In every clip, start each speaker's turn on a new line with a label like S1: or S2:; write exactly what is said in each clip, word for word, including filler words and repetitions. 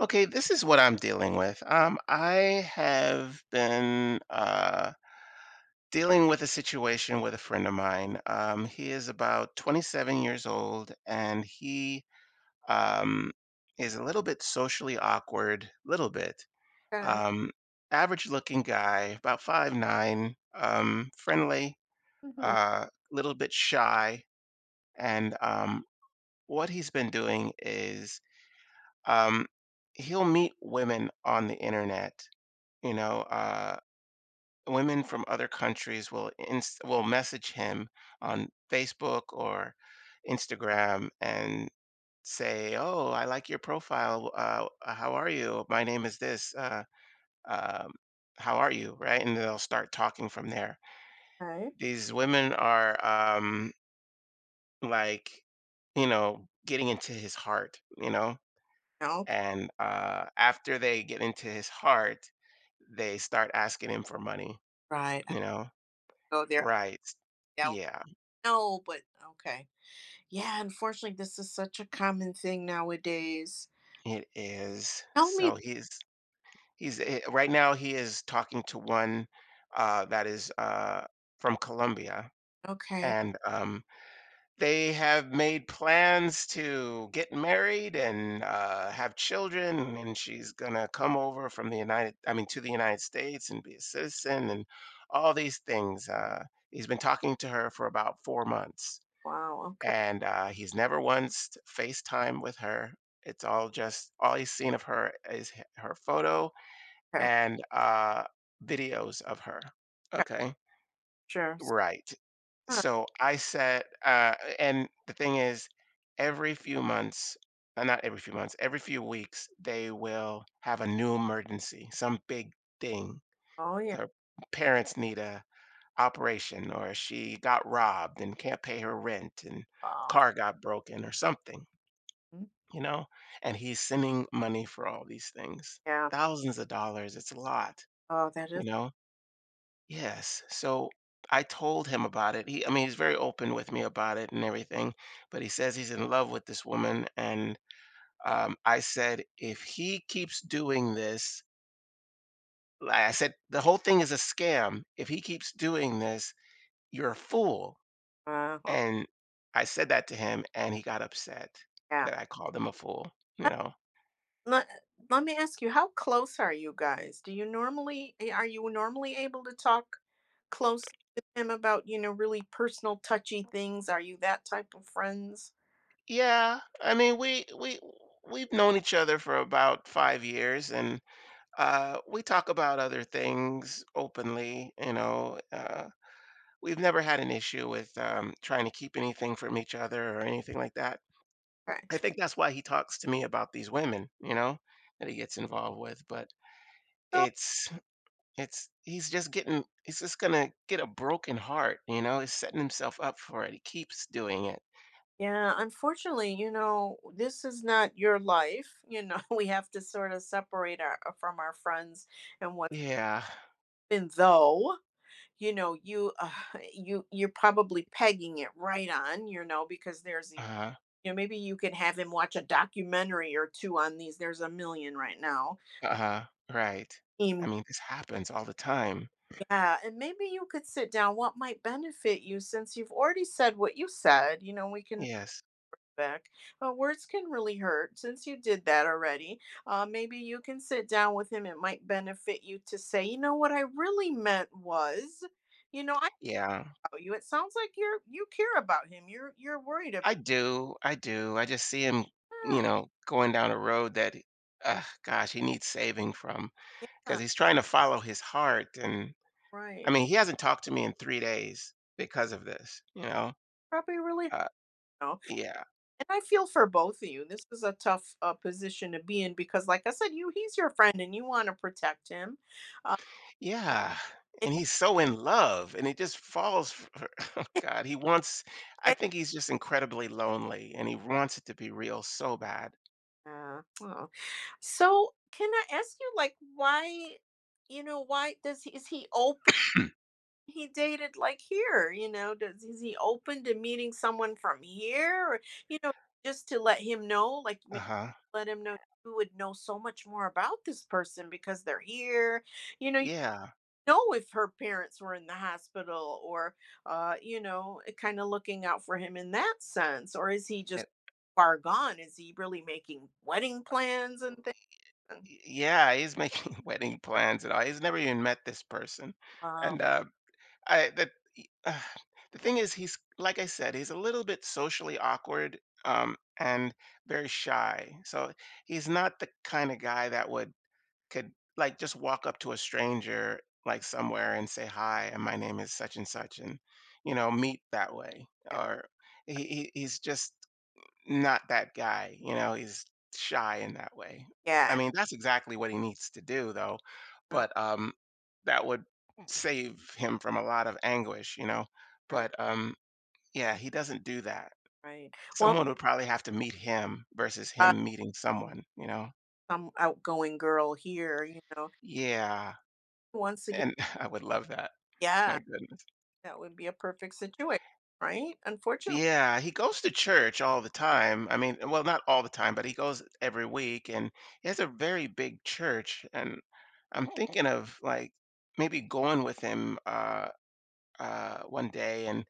S1: Okay, this is what I'm dealing with. Um, I have been uh, dealing with a situation with a friend of mine. Um, he is about twenty-seven years old, and he um, is a little bit socially awkward, little bit.
S2: Okay.
S1: Um, Average-looking guy, about five nine. Um, friendly,
S2: Mhm.
S1: uh, little bit shy, and um, what he's been doing is um, he'll meet women on the internet. You know, uh, Women from other countries will inst- will message him on Facebook or Instagram and say, "Oh, I like your profile. Uh, how are you? My name is this. Uh, um, how are you?" Right, and they'll start talking from there.
S2: Okay.
S1: These women are, um, like, you know, getting into his heart. You know,
S2: Okay.
S1: and uh, after they get into his heart, they start asking him for money.
S2: Right. I
S1: You know.
S2: go there.
S1: Right.
S2: Yeah.
S1: Yeah,
S2: No, but okay. Yeah. Unfortunately, this is such a common thing nowadays.
S1: it is.
S2: Tell me.
S1: So he's he's eh, right now he is talking to one, uh, that is uh, from Colombia,
S2: Okay.
S1: and um, they have made plans to get married and uh, have children. And she's gonna come over from the United, I mean, to the United States and be a citizen and all these things. Uh, he's been talking to her for about four months.
S2: Wow. Okay.
S1: And uh, he's never once FaceTime with her. It's all just all he's seen of her is h- her photo
S2: Okay.
S1: and uh, videos of her.
S2: Okay.
S1: Okay,
S2: Sure. s-
S1: right.
S2: huh,
S1: So I said, uh, and the thing is, every few months, uh, not every few months, every few weeks, they will have a new emergency, some big thing.
S2: Oh yeah.
S1: Her parents need a operation, or she got robbed and can't pay her rent, and
S2: Wow.
S1: car got broken, or something,
S2: Mm,
S1: you know? And he's sending money for all these things.
S2: yeah.
S1: Thousands of dollars, it's a lot,
S2: Oh, that
S1: you
S2: is.
S1: know? Yes. So I told him about it. He I mean, he's very open with me about it and everything, but he says he's in love with this woman and, um, I said if he keeps doing this, like I said, the whole thing is a scam. If he keeps doing this, you're a fool.
S2: Uh, oh,
S1: And I said that to him and he got upset
S2: yeah.
S1: that I called him a fool, you
S2: Uh,
S1: know?
S2: Let, let me ask you, how close are you guys? Do you normally eh, Are you normally able to talk closely with him about, you know, really personal, touchy things? Are you that type of friends?
S1: Yeah, I mean, we we we've known each other for about five years, and uh, we talk about other things openly. You know, uh, we've never had an issue with, um, trying to keep anything from each other or anything like that.
S2: Okay.
S1: I think that's why he talks to me about these women, you know, that he gets involved with. But
S2: So,
S1: it's it's he's just getting he's just gonna get a broken heart, you know. He's setting himself up for it. He keeps doing it.
S2: yeah, unfortunately, you know, this is not your life. You know, we have to sort of separate our uh, from our friends and what's
S1: Yeah.
S2: been though, you know, you uh, you you're probably pegging it right on, you know, because there's e-
S1: Uh-huh.
S2: you know, maybe you could have him watch a documentary or two on these. There's a million right now.
S1: Uh-huh, right. I
S2: Him-
S1: mean, this happens all the time.
S2: Yeah, and maybe you could sit down. What might benefit you since you've already said what you said? You know, we can
S1: Yes.
S2: back. Uh, words can really hurt. Since you did that already, uh, maybe you can sit down with him. It might benefit you to say, you know, what I really meant was, you know, I
S1: Yeah.
S2: about you. It sounds like you're you care about him. You're you're worried about.
S1: I do, I do. I just see him,
S2: Yeah,
S1: you know, going down a road that, ugh, gosh, he needs saving from
S2: yeah,
S1: because he's trying to follow his heart, and, I
S2: right.
S1: mean, he hasn't talked to me in three days because of this, you know?
S2: Probably really.
S1: Uh,
S2: No.
S1: yeah.
S2: And I feel for both of you. This is a tough uh, position to be in because, like I said, you he's your friend and you want to protect him. Uh,
S1: Yeah, and he's so in love, and he just falls for oh god, he wants I think he's just incredibly lonely, and he wants it to be real so bad.
S2: Yeah. Wow. So can I ask you, like, why you know why does he is he open he dated like here, you know, does is he open to meeting someone from here, or you know just to let him know, like, maybe
S1: Uh-huh.
S2: let him know you would know so much more about this person because they're here. You know, you
S1: Yeah.
S2: know if her parents were in the hospital, or uh you know, kind of looking out for him in that sense, or is he just
S1: And
S2: far gone? Is he really making wedding plans and things? And
S1: yeah, he's making wedding plans and all. He's never even met this person,
S2: oh,
S1: and, uh, I that y uh, the thing is he's like I said, he's a little bit socially awkward, um, and very shy, so he's not the kinda guy that would, could, like, just walk up to a stranger, like, somewhere and say, "Hi, and my name is such and such," and, you know, meet that way,
S2: yeah,
S1: or he he he's just not that guy, you know, he's shy in that way. I
S2: yeah,
S1: mean, that's exactly what he needs to do though,
S2: and,
S1: but um that would save him from a lot of anguish, you know.
S2: uh,
S1: But um yeah, he doesn't do that.
S2: right. Well,
S1: Someone would probably have to meet him versus
S2: uh,
S1: him meeting someone, you know.
S2: some outgoing girl here, you know.
S1: Yeah,
S2: Once again,
S1: and I would love that.
S2: yeah,
S1: My goodness.
S2: that would be a perfect situation, right? Unfortunately,
S1: Yeah, he goes to church all the time. I mean, well, not all the time, but he goes every week and he has a very big church. And I'm thinking of, like, maybe going with him uh uh one day and,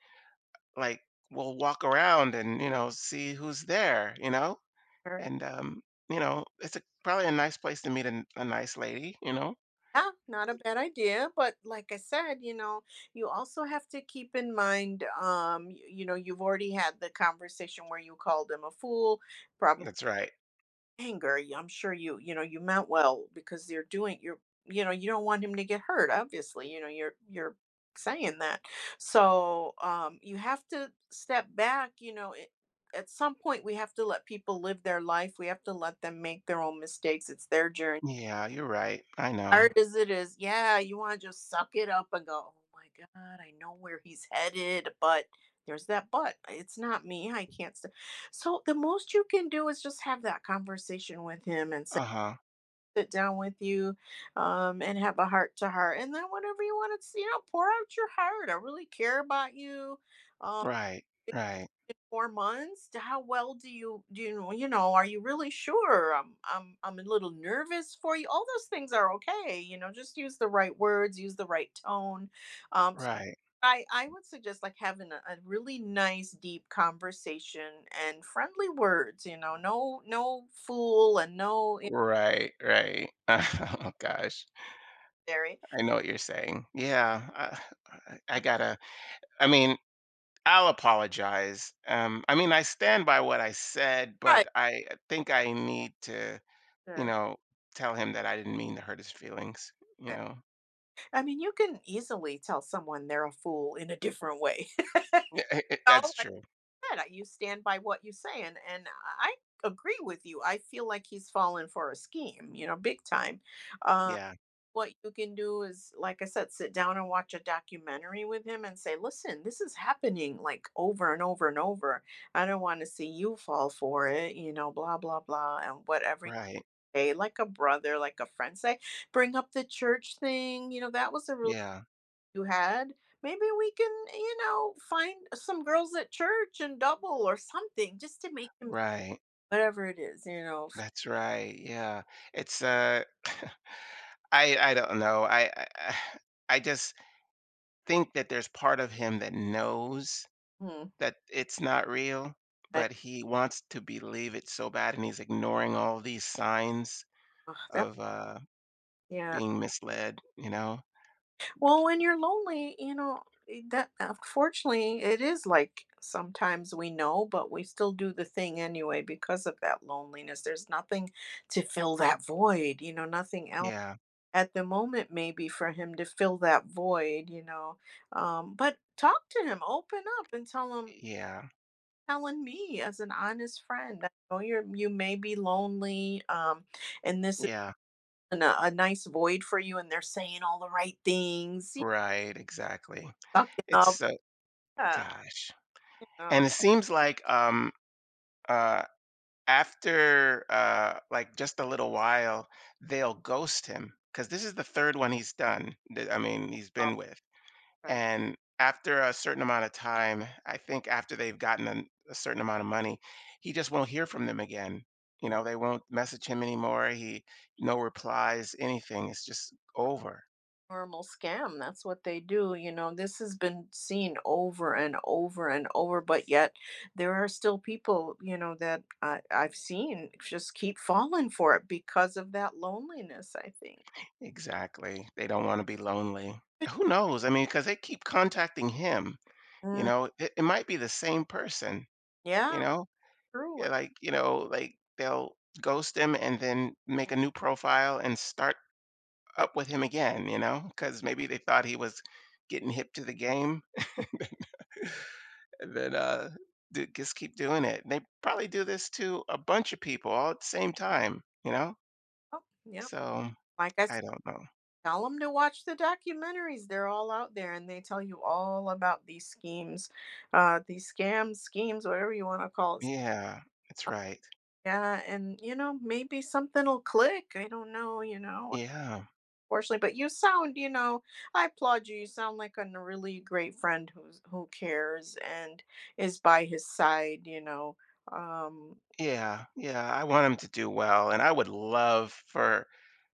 S1: like, we'll walk around and, you know, see who's there, you know?
S2: or-
S1: And, um, you know, it's a, probably a nice place to meet a, a nice lady, you know?
S2: yeah, not a bad idea. But like I said, you know, you also have to keep in mind, um, you, you know, you've already had the conversation where you called him a fool, probably
S1: That's right.
S2: anger, y I'm sure you you know, you meant well, because you're doing you're you know, you don't want him to get hurt. Obviously, you know, you're you're saying that. So, um, you have to step back. You know, it At some point, we have to let people live their life. We have to let them make their own mistakes. It's their journey.
S1: Yeah, you're right. I know.
S2: Hard as it is, yeah, you wanna just suck it up and go, "Oh my god, I know where he's headed, but" there's that "but." It's not me, I can't st" So, the most you can do is just have that conversation with him and say,
S1: Uh-huh.
S2: sit down with you, um, and have a heart to heart. And then whenever you want to, you know, pour out your heart. I really care about you. Um,
S1: Right.
S2: in
S1: Right.
S2: four months, how well do you do? You, you know, are you really sure? I'm I'm I'm a little nervous for you. All those things are okay. You know, just use the right words, use the right tone. Um, so
S1: Right.
S2: I, I would suggest like having a, a really nice deep conversation and friendly words, you know no no fool, and no you know,
S1: Right, right. Oh gosh,
S2: dairy,
S1: I know what you're saying. Yeah, I, I I gotta. I mean, I'll apologize. Um, I mean, I stand by what I said,
S2: right,
S1: but I think I need to, you
S2: sure.
S1: know, tell him that I didn't mean to hurt his feelings. You know,
S2: I mean, you can easily tell someone they're a fool in a different way. Oh,
S1: that's
S2: like
S1: true.
S2: I said, you stand by what you say, and and I agree with you. I feel like he's fallen for a scheme, you know, big time. Uh,
S1: Yeah,
S2: what you can do is, like I said, sit down and watch a documentary with him and say, "Listen, this is happening like over and over and over. I don't want to see you fall for it, you know, blah blah blah, and whatever." You
S1: right.
S2: say, like a brother, like a friend, say, bring up the church thing. You know, that was a really
S1: Yeah,
S2: you had, maybe we can, you know, find some girls at church and double or something just to make him
S1: right.
S2: whatever it is, you know. f-
S1: That's right. Yeah, it's uh, I I don't know. I I, I I just think that there's part of him that knows
S2: Hmm.
S1: that it's not real,
S2: I-
S1: but he wants to believe it so bad, and he's ignoring all these signs
S2: Ugh, that,
S1: of, uh,
S2: yeah.
S1: being misled, you know?
S2: Well, when you're lonely, you know, i- that, unfortunately, it is. Like, sometimes we know, but we still do the thing anyway because of that loneliness. There's nothing to fill that void, you know, nothing else
S1: Yeah,
S2: at the moment maybe for him to fill that void you know um, But talk to him, open up and tell him,
S1: yeah,
S2: telling me as an honest friend, I know you're you may be lonely, um, and this is
S1: yeah.
S2: an, a, a nice void for you, and they're saying all the right things, you
S1: Right, exactly.
S2: know, sucking
S1: It's
S2: up,
S1: so
S2: yeah,
S1: gosh.
S2: you know,
S1: And it seems like, um, uh, after, uh, like, just a little while, they'll ghost him because this is the third one he's done that, I mean, he's
S2: all
S1: been with.
S2: kind
S1: And after a certain amount of time, I think after they've gotten an- a certain amount of money, he just won't hear from them again. You
S2: of
S1: know, they won't message him anymore. He No replies, anything. It's just over.
S2: normal scam. That's what they do. You know, this has been seen over and over and over, but yet there are still people, you know, that I, I've seen just keep falling for it because of that loneliness, I think.
S1: Exactly. They don't want to be lonely. Who knows? I mean, because they keep contacting him. You
S2: Mm,
S1: know, it, it might be the same person. You
S2: yeah,
S1: know,
S2: true.
S1: yeah, like you know, like they'll ghost him and then make a new profile and start
S2: Good.
S1: up with him again, you know, because maybe they thought he was getting hip to the game. That uh, d- just keep doing it. They probably do this to a bunch of people all at the same time, you know.
S2: Oh, yeah.
S1: So
S2: Like I
S1: I don't know.
S2: Tell them to watch the documentaries. They're all out there and they tell you all about these schemes, uh, these scams, schemes, whatever you want to call it.
S1: Yeah, that's right.
S2: Yeah, and you know, maybe something will click. I don't know, you know,
S1: Yeah,
S2: unfortunately. But you sound, you know, I applaud you. You sound like a n- really great friend who's who cares and is by his side, you know. Um,
S1: yeah, yeah. I want him to do well, and I would love for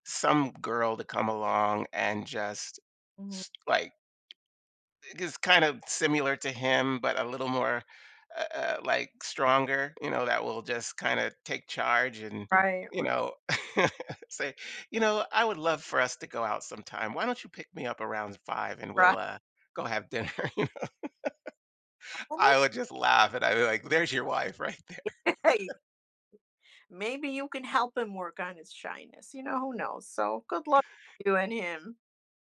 S1: some girl to come along and just
S2: mhm.
S1: s- like is kind of similar to him, but a little more, uh, uh, like, stronger, you know, that will just kinda take charge and,
S2: Right,
S1: you
S2: right,
S1: know, say, "You know, I would love for us to go out sometime. Why don't you pick me up around five and we'll,
S2: right.
S1: uh, go have dinner?" You know?
S2: Well, maybe,
S1: I would just laugh, and I'd be like, "There's your wife right there."
S2: hey, maybe you can help him work on his shyness, you know, who knows? So good luck to you and him.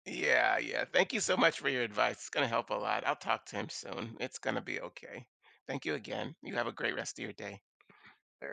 S1: Yeah, yeah. Thank you so much for your advice. It's gonna help a lot. I'll talk to him soon. It's gonna be okay. Thank you again. You have a great rest of your day.
S2: Sure.